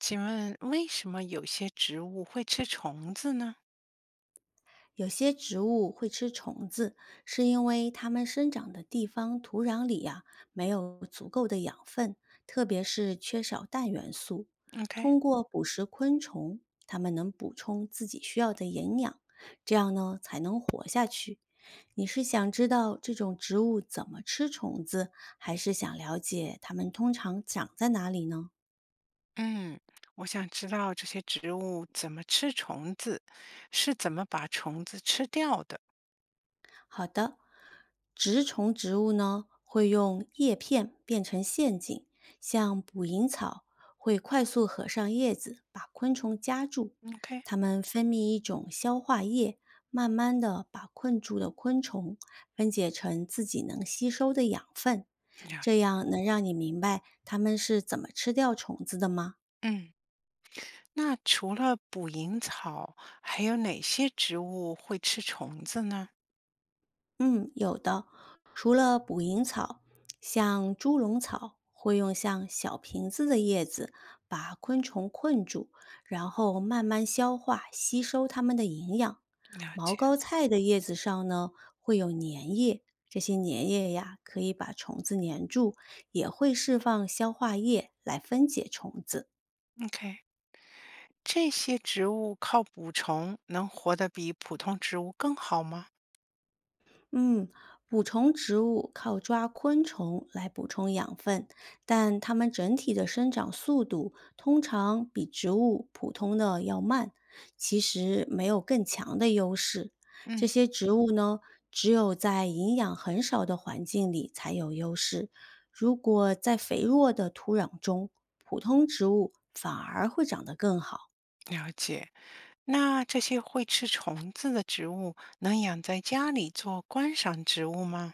请问为什么有些植物会吃虫子呢有些植物会吃虫子，是因为它们生长的地方土壤里呀、没有足够的养分，特别是缺少氮元素。？OK，通过捕食昆虫，它们能补充自己需要的营养，这样呢才能活下去。你是想知道这种植物怎么吃虫子，还是想了解它们通常长在哪里呢？嗯，我想知道这些植物怎么吃虫子，是怎么把虫子吃掉的好的，植虫植物呢会用叶片变成陷阱，像捕蝇草会快速合上叶子，把昆虫夹住。？OK，它们分泌一种消化液，慢慢的把困住的昆虫分解成自己能吸收的养分。呀，这样能让你明白它们是怎么吃掉虫子的吗？嗯，那除了捕蝇草，还有哪些植物会吃虫子呢？嗯，有的。除了捕蝇草，像猪笼草会用像小瓶子的叶子把昆虫困住，然后慢慢消化吸收它们的营养。了毛解膏菜的叶子上呢会有粘液，这些粘液呀可以把虫子粘住，也会释放消化液来分解虫子。，OK，这些植物靠捕虫能活得比普通植物更好吗？嗯，捕虫植物靠抓昆虫来补充养分，但它们整体的生长速度通常比植物普通的要慢，其实没有更强的优势。这嗯，些植物呢，只有在营养很少的环境里才有优势。如果在肥沃的土壤中，普通植物反而会长得更好。了解。那这些会吃虫子的植物能养在家里做观赏植物吗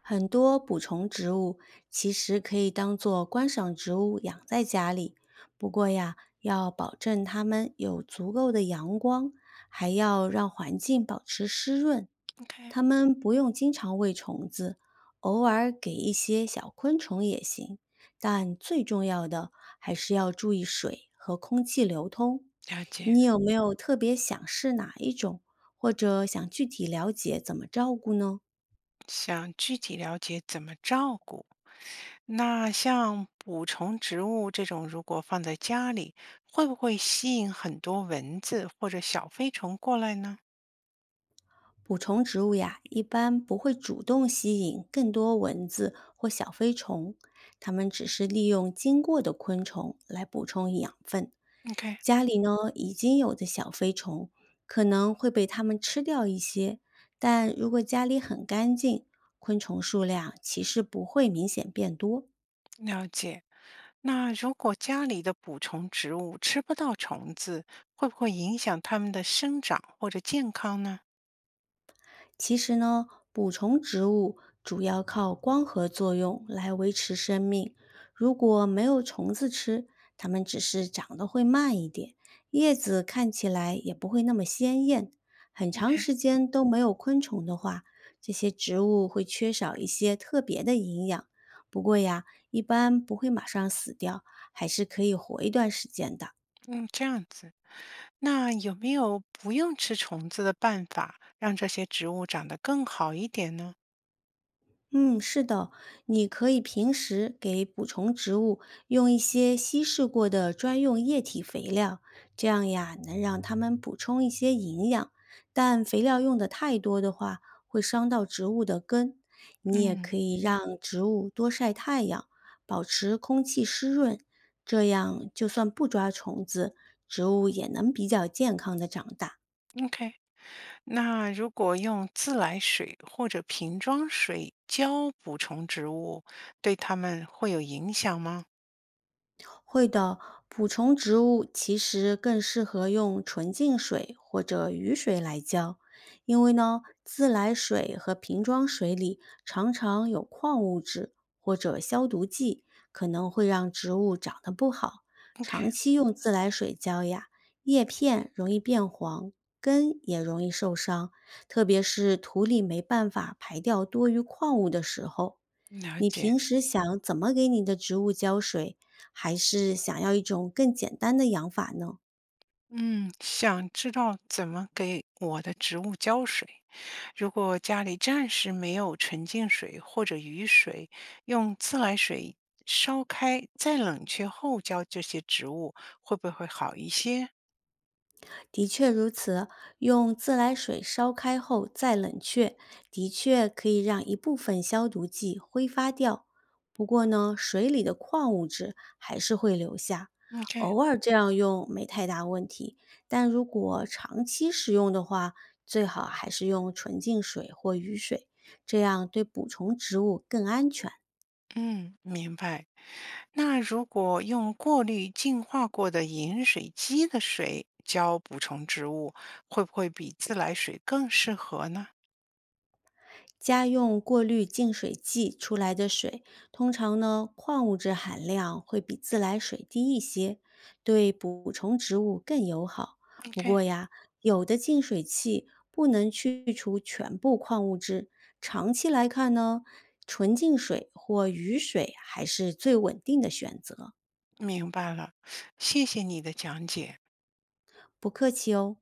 很多补充植物其实可以当做观赏植物养在家里，不过呀，要保证它们有足够的阳光，还要让环境保持湿润。？OK，它们不用经常喂虫子，偶尔给一些小昆虫也行，但最重要的还是要注意水和空气流通。了解。你有没有特别想试哪一种，或者想具体了解怎么照顾呢？想具体了解怎么照顾。那像捕虫植物这种，如果放在家里，会不会吸引很多蚊子或者小飞虫过来呢捕虫植物呀，一般不会主动吸引更多蚊子或小飞虫，它们只是利用经过的昆虫来补充养分。？OK，家里呢已经有的小飞虫可能会被它们吃掉一些，但如果家里很干净，昆虫数量其实不会明显变多。了解。那如果家里的捕虫植物吃不到虫子，会不会影响它们的生长或者健康呢其实呢，补充植物主要靠光合作用来维持生命。如果没有虫子吃，它们只是长得会慢一点，叶子看起来也不会那么鲜艳。很长？OK，时间都没有昆虫的话，这些植物会缺少一些特别的营养。不过呀，一般不会马上死掉，还是可以活一段时间的。嗯，这样子。那有没有不用吃虫子的办法，让这些植物长得更好一点呢？嗯，是的，你可以平时给补充植物用一些稀释过的专用液体肥料，这样呀能让它们补充一些营养。但肥料用的太多的话，会伤到植物的根。你也嗯，可以让植物多晒太阳，保持空气湿润，这样就算不抓虫子，植物也能比较健康的长大。OK，那如果用自来水或者瓶装水浇补充植物，对它们会有影响吗会的，补充植物其实更适合用纯净水或者雨水来浇，因为呢，自来水和瓶装水里常常有矿物质或者消毒剂，可能会让植物长得不好。？OK，长期用自来水浇呀，叶片容易变黄，根也容易受伤，特别是土里没办法排掉多余矿物的时候。了你解。平时想怎么给你的植物浇水，还是想要一种更简单的养法呢？嗯，想知道怎么给我的植物浇水。如果家里暂时没有纯净水或者雨水，用自来水烧开再冷却后浇这些植物，会不会好一些的确如此，用自来水烧开后再冷却，的确可以让一部分消毒剂挥发掉。不过呢，水里的矿物质还是会留下，？OK，偶尔这样用没太大问题。但如果长期使用的话，最好还是用纯净水或雨水，这样对补充植物更安全。嗯，明白。那如果用过滤净化过的饮水机的水浇补充植物，会不会比自来水更适合呢家用过滤净水器出来的水，通常呢矿物质含量会比自来水低一些，对补充植物更友好。不？OK，过呀，有的净水器不能去除全部矿物质，长期来看呢，纯净水或雨水还是最稳定的选择。明白了，谢谢你的讲解。不客气哦。